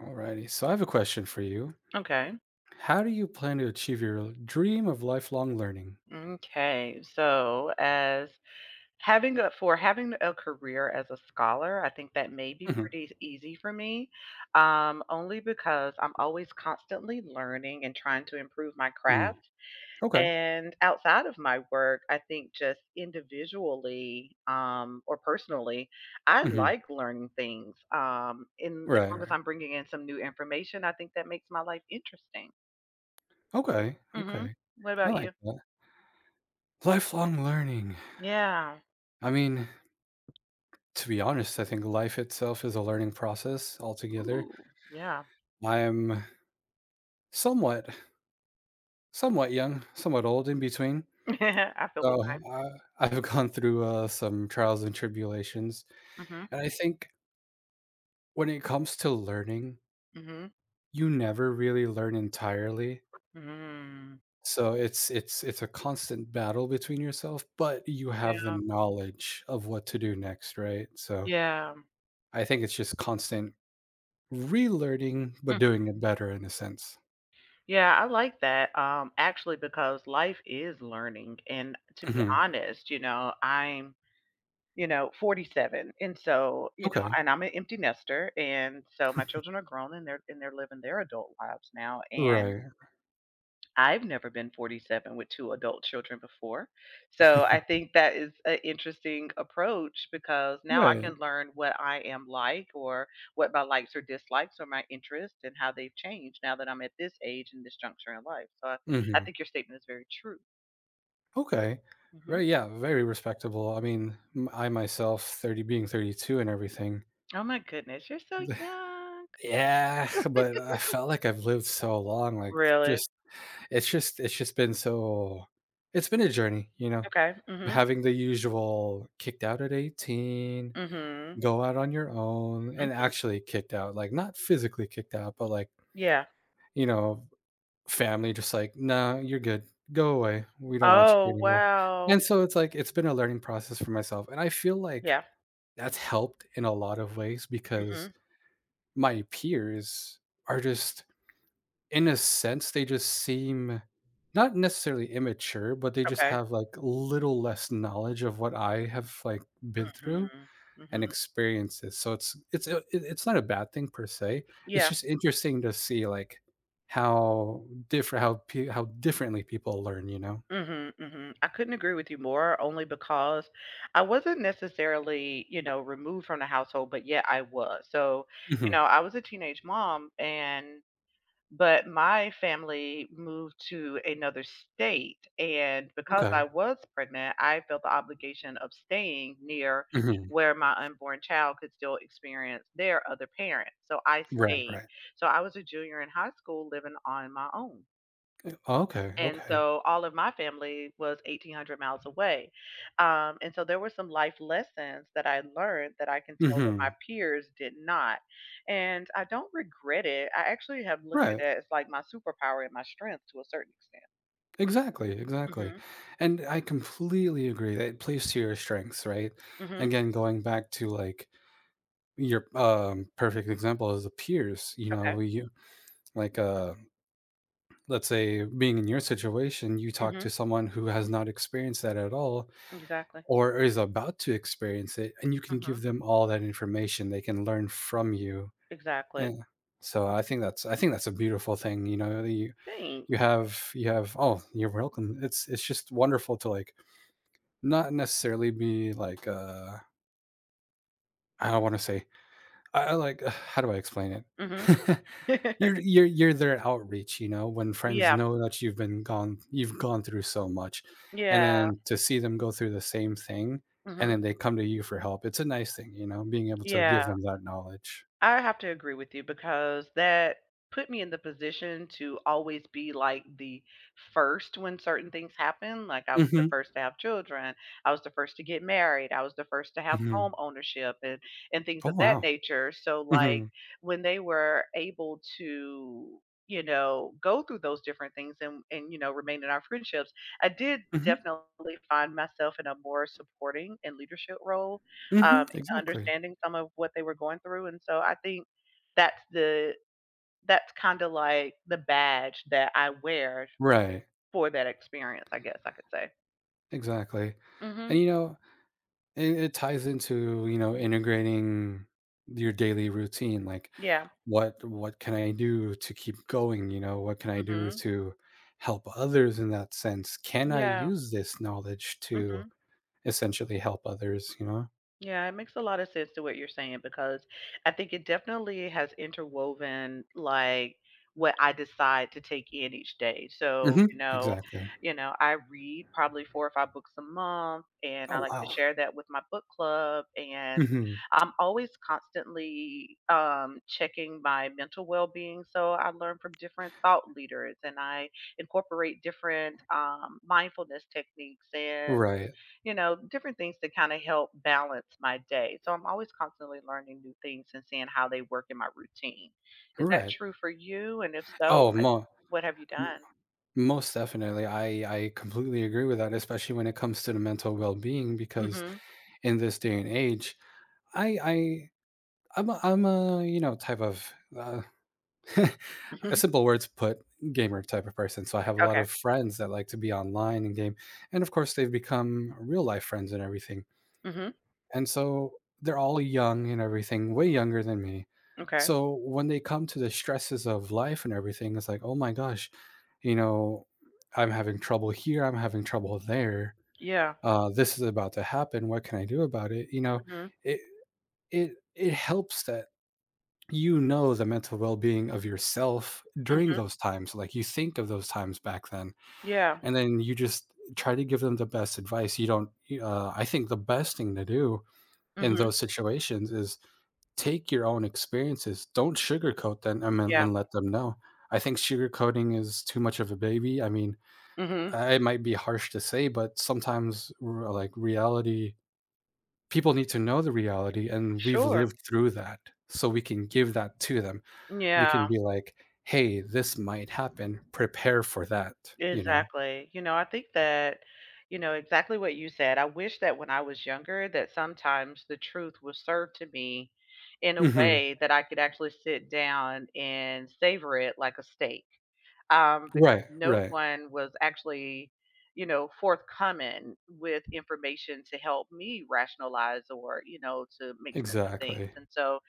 Alrighty. So I have a question for you. Okay. How do you plan to achieve your dream of lifelong learning? Okay. So, as having a for having a career as a scholar, I think that may be hmm pretty easy for me, only because I'm always constantly learning and trying to improve my mm craft. Okay. And outside of my work, I think just individually or personally, I hmm like learning things. In as Right, long as right. I'm bringing in some new information, I think that makes my life interesting. Okay. Hmm. Okay. What I about like you? that. Lifelong learning. Yeah. I mean, to be honest, I think life itself is a learning process altogether. Ooh, yeah. I am somewhat, somewhat young, somewhat old in between. I feel the So same. uh, I've gone through some trials and tribulations. Mhm, And I think when it comes to learning, mhm, you never really learn entirely. mhm. So it's a constant battle between yourself, but you have the Yeah, knowledge of what to do next, right? So yeah. I think it's just constant relearning, but Mhm. doing it better in a sense. Yeah, I like that, actually, because life is learning, and to be Mhm. honest, I'm, 47, and so, Okay. and I'm an empty nester, and so my children are grown, and they're living their adult lives now, and Right. I've never been 47 with two adult children before. So I think that is an interesting approach because now I can Right. learn what I am like or what my likes or dislikes or my interests and how they've changed now that I'm at this age and this juncture in life. So I hmm think your statement is very true. Okay. Hmm. Right. Yeah. Very respectable. I myself, 30 being 32 and everything. Oh my goodness, you're so young. Yeah. But I felt like I've lived so long. Like, Really? just, it's just been so, it's been a journey, you know? Okay. Mhm. Having the usual kicked out at 18, Mhm. go out on your own, and Mhm. actually kicked out, like, not physically kicked out, but, like, Yeah. you know, family just like, "Nah, you're good, go away, we don't want you Oh, anymore." wow. And so it's like it's been a learning process for myself, and I feel like Yeah. that's helped in a lot of ways because Mhm. my peers are just, in a sense, they just seem not necessarily immature, but they just Okay. have, like, little less knowledge of what I have, like, been through Mhm. and Mhm. experiences. So it's not a bad thing per se. It's Yeah. just interesting to see, like, how different how differently people learn, you know? Mhm, mhm. I couldn't agree with you more only because I wasn't necessarily, removed from the household, but yet I was. So, Mhm. I was a teenage mom and but my family moved to another state, and because I Okay. was pregnant, I felt the obligation of staying near Mhm. where my unborn child could still experience their other parent. So I Right, stayed. right. So I was a junior in high school living on my own, Okay, and okay. so all of my family was 1800 miles away, and so there were some life lessons that I learned that I can tell that my Mhm. peers did not, and I don't regret it. I actually have looked at Right. it as like my superpower and my strength to a certain extent. Exactly, exactly. Mm-hmm. And I completely agree that it plays to your strengths, right? Mm-hmm. Again, going back to, like, your, perfect example is the peers, you know, Okay. you like, let's say being in your situation, you talk Mm-hmm. to someone who has not experienced that at all Exactly. or is about to experience it, and you can give Mm-hmm. them all that information, they can learn from you, Exactly. and so I think that's a beautiful thing, you know, Thanks. You have, oh, you're welcome, it's just wonderful to like not necessarily be like, I don't want to say, I like ugh, how do I explain it? Mm-hmm. You're their outreach, you know, when friends Yeah, know that you've gone through so much, and yeah. then to see them go through the same thing, and Mm-hmm. then they come to you for help, it's a nice thing, you know, being able to Yeah. give them that knowledge. I have to agree with you because that put me in the position to always be like the first when certain things happen. Like I was the Mhm, first to have children, I was the first to get married, I was the first to have mhm. home ownership and things Oh, of that wow. nature. So like Mhm, when they were able to go through those different things and remain in our friendships, I did mhm, definitely find myself in a more supporting and leadership role, mhm, um, exactly. understanding some of what they were going through, and so I think that's the that's kinda like the badge that I wear Right, for that experience, I guess I could say. exactly. And, Mhm. you know, it ties into, you know, integrating your daily routine, like, Yeah. What can I do to keep going, you know? What can I do Mhm. to help others in that sense? Can I Yeah. use this knowledge to Mhm. essentially help others, you know? Yeah, it makes a lot of sense to what you're saying because I think it definitely has interwoven like what I decide to take in each day. So, Mhm. Exactly. I read probably four or five books a month, and I Oh, like to wow. share that with my book club, and Mhm. I'm always constantly checking my mental well-being. So I learn from different thought leaders, and I incorporate different mindfulness techniques and Right. Different things to kind of help balance my day. So I'm always constantly learning new things and seeing how they work in my routine. Is that Right. true for you? And if so, Oh, like, mo what have you m done? most definitely. I completely agree with that, especially when it comes to the mental well-being because Mhm. in this day and age, I I I'm a, you know, type of uh, a Mhm. simple word to put, gamer type of person. So I have a lot Okay. of friends that like to be online and game, and of course they've become real life friends and everything. Mhm. And so they're all young and everything, way younger than me. Okay. So when they come to the stresses of life and everything, it's like, oh my gosh, you know, I'm having trouble here, I'm having trouble there. Yeah. This is about to happen. What can I do about it? You know, Mhm. it it helps that, you know, the mental well-being of yourself during Mhm. those times, like, you think of those times back then, Yeah. and then you just try to give them the best advice. You don't you I think the best thing to do in Mhm. those situations is take your own experiences. Don't sugarcoat them, I mean, Yeah. and let them know. I think sugarcoating is too much of a baby. I mean, Mhm. I it might be harsh to say, but sometimes, reality, people need to know the reality, and we've Sure. lived through that, so we can give that to them. We Yeah. can be like, "Hey, this might happen. Prepare for that," you know? Exactly. I think that, exactly what you said. I wish that when I was younger, that sometimes the truth was served to me in a Mhm. way that I could actually sit down and savor it like a steak, because Right, no right. one was actually, forthcoming with information to help me rationalize or, to make sense of things. Exactly. And so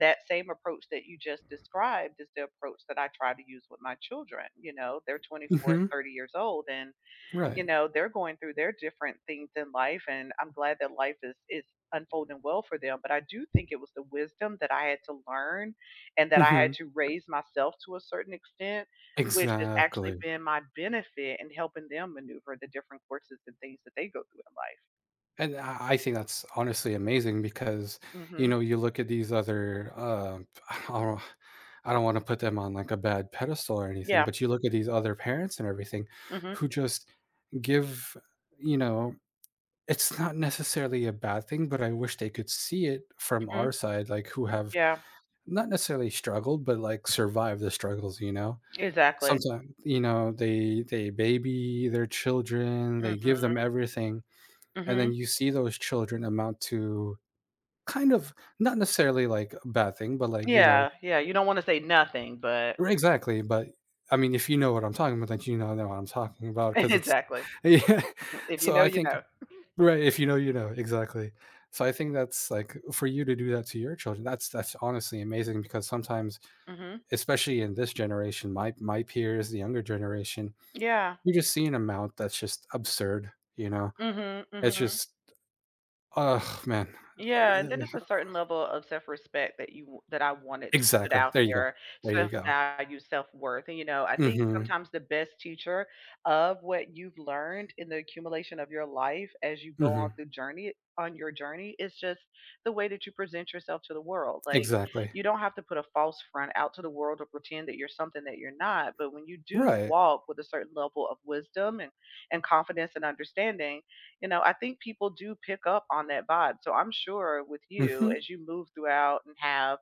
that same approach that you just described is the approach that I try to use with my children. They're 24, Mhm. 30 years old, and Right. They're going through their different things in life, and I'm glad that life is unfolding well for them, but I do think it was the wisdom that I had to learn and that I had Mhm. to raise myself to a certain extent, which has actually Exactly. been my benefit in helping them maneuver the different courses and things that they go through in And I think that's honestly amazing because, life. you Mhm. know, you look at these other, I don't I don't wanna put them on, like, a bad pedestal or anything, Yeah. but you look at these other parents and everything Mhm. who just give, you know, it's not necessarily a bad thing, but I wish they could see it from Mhm. our side, like, who have Yeah. not necessarily struggled, but, like, survived the struggles, you know? Exactly. Sometimes, you know, they baby their children, they give Mhm. them everything, and then Mhm. you see those children amount to kind of not necessarily, like, a bad thing, but, like, you Yeah. know. Yeah, you don't want to say nothing, but Right, exactly, but, I mean, if you know what I'm talking about, then know what I'm talking about because it's exactly. yeah. If you So, know, I you think, know. right, if you know, you know, exactly. So, I think that's, like, for you to do that to your children, that's honestly amazing because sometimes, Mhm. especially in this generation, my peers, the younger generation, Yeah. you just see an amount that's just absurd, you know? Mhm. It's Mhm. just, oh, man. Yeah, and then it's a Ugh. certain level of self-respect that you that I wanted to put Exactly. out There you go. there, There you go. self-value, self-worth. And I think Mhm. sometimes the best teacher of what you've learned in the accumulation of your life as you go Mhm. On your journey is just the way that you present yourself to the world. Like Exactly. you don't have to put a false front out to the world or pretend that you're something that you're not. But when you do Right. walk with a certain level of wisdom and confidence and understanding, I think people do pick up on that vibe. So I'm sure with you, Mhm. as you move throughout and have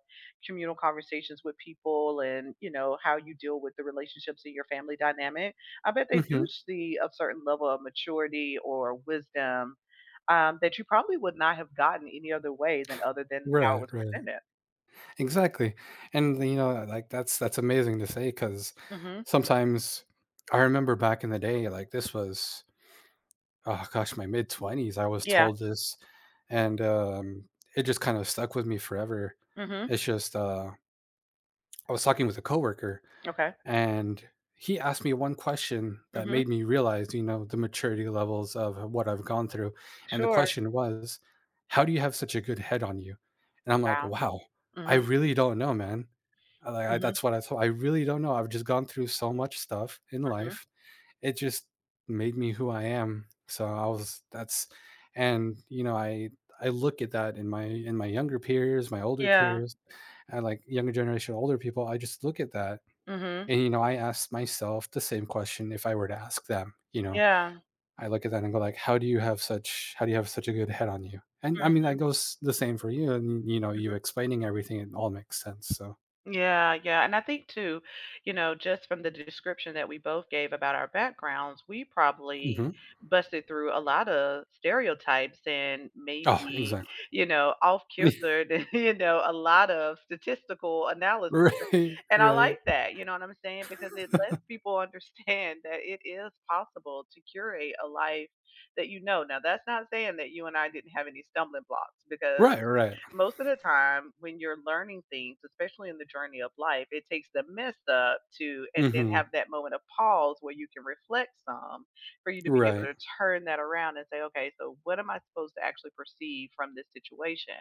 communal conversations with people and, how you deal with the relationships in your family dynamic, I bet they do Mhm. see a certain level of maturity or wisdom, that you probably would not have gotten any other way than other than how it Right, was right. presented. Exactly. And, you know, like, that's amazing to say because Mm-hmm. sometimes I remember back in the day, like, this was, oh gosh, my mid-20s, I was Yeah. told this, and, it just kinda stuck with me forever. Mm-hmm. It's just, I was talking with a coworker, Okay. and he asked me one question that Mm-hmm. made me realize, you know, the maturity levels of what I've gone through, and the Sure. question was, "How do you have such a good head on you?" And I'm like, Wow. "Wow, I Mm-hmm. really don't know, man." I Mm-hmm. that's what I thought, "I really don't know, I've just gone through so much stuff in Mm-hmm. life." It just made me who I am. So I was that's, and you know, I look at that in my younger peers, my older Yeah. peers, and like younger generation, older people, I just look at that, Mm-hmm. and you know, I ask myself the same question if I were to ask them, you know, Yeah. I look at that and go like, how do you have such a good head on you? And I mean, Mm-hmm. that goes the same for you, and you know, you explaining everything, it all makes sense. So, Yeah, yeah. And I think too, just from the description that we both gave about our backgrounds, we probably mhm. busted through a lot of stereotypes and Oh, maybe, exactly. Off kilter, a lot of statistical analysis. right, And I like right. that, you know what I'm saying? Because it lets people understand that it is possible to curate a life that you know. Now, that's not saying that you and I didn't have any stumbling blocks because Right, right. most of the time when you're learning things, especially in the journey of life, it takes the mess up to and then hmm have that moment of pause where you can reflect some for you to be Right. able to turn that around and say, okay, so what am I supposed to actually perceive from this situation?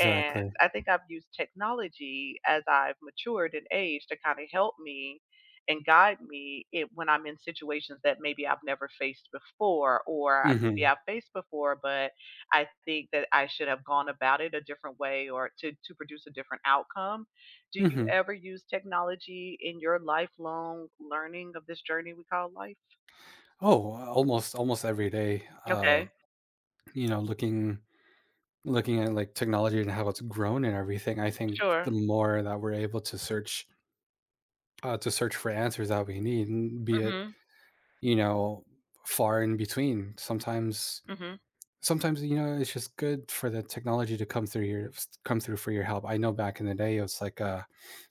And I think I've used technology as I've matured in age to kind of help me and guide me in, when I'm in situations that maybe I've never faced before, or maybe Mhm. I've faced before, but I think that I should have gone about it a different way, or to produce a different outcome. Do you Mhm. ever use technology in your lifelong learning of this journey we call life? Oh, almost almost every day, Okay, you know, looking at, like, technology and how it's grown and everything, I think the sure. more that we're able to search, to search for answers that we need, n be it, Hmm. you know, far in between. Sometimes Hmm. sometimes, you know, it's just good for the technology to come through your s come through for your help. I know back in the day, it was like,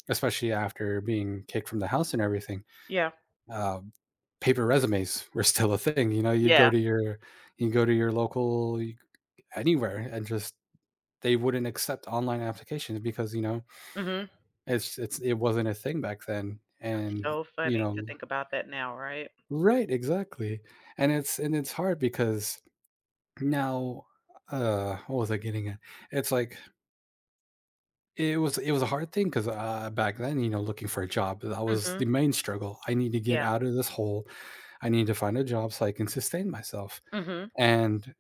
especially after being kicked from the house and everything, Yeah. um, paper resumes were still a thing, you know, Yeah. You go to your local, you, anywhere and just, they wouldn't accept online applications because, you know, Hmm. it's it wasn't a thing back then, and, So you funny to know, think about that now, right? right, exactly, and it's hard because now, what was I getting at? It's like it was a hard thing 'cause, back then, you know, looking for a job, that was Mhm. the main struggle. "I need to get Yeah. out of this hole. I need to find a job so I can sustain myself," Mhm. and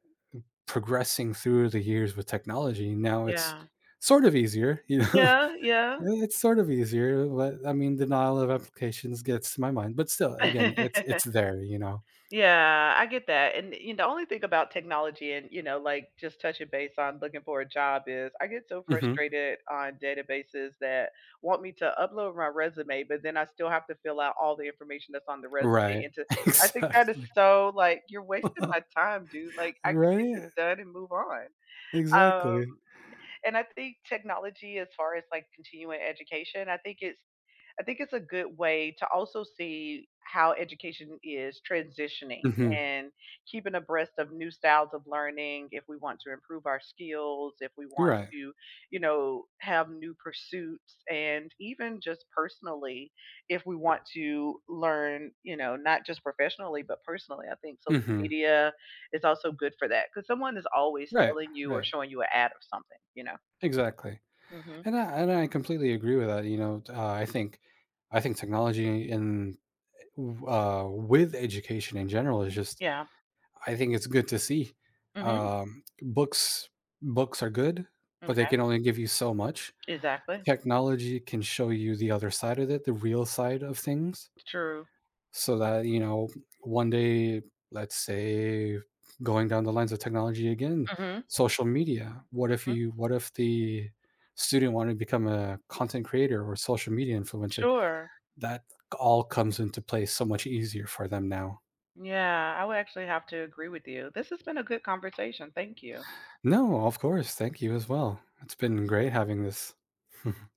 progressing through the years with technology, now it's Yeah. sort of easier, you know? Yeah, yeah. It's sort of easier, but, I mean, denial of applications gets to my mind, but still, again, it's there, you know? Yeah, I get that, and, the only thing about technology and, like, just touching base on looking for a job is I get so Mhm. frustrated on databases that want me to upload my resume, but then I still have to fill out all the information that's on the resume, Right. and to I think that is Exactly. so, like, "You're wasting my time, dude." Like, I can get this Right? done and move on. Um, Exactly. and I think technology as far as, like, continuing education, I think it's a good way to also see how education is transitioning Mhm. and keeping abreast of new styles of learning, if we want to improve our skills, if we want Right. to have new pursuits, and even just personally, if we want to learn, not just professionally but personally, I think social Mhm. media is also good for that because someone is always Right, selling you or right. showing you an ad of something. Exactly. Hmm. And I completely agree with that, you know, I think technology in, w with education in general, is just, Yeah. I think it's good to see. Hmm. Um, books books are good, but they Okay. can only give you so much. Exactly. Technology can show you the other side of it, the real side of things, True. so that you know one day, let's say, going down the lines of technology again, Hmm. social media. What if Mhm. you? What if the student wanted to become a content creator or social media influencer? Sure. That all comes into play so much easier for them now. Yeah, I would actually have to agree with you. This has been a good conversation. Thank you. No, of course. Thank you as well. It's been great having this.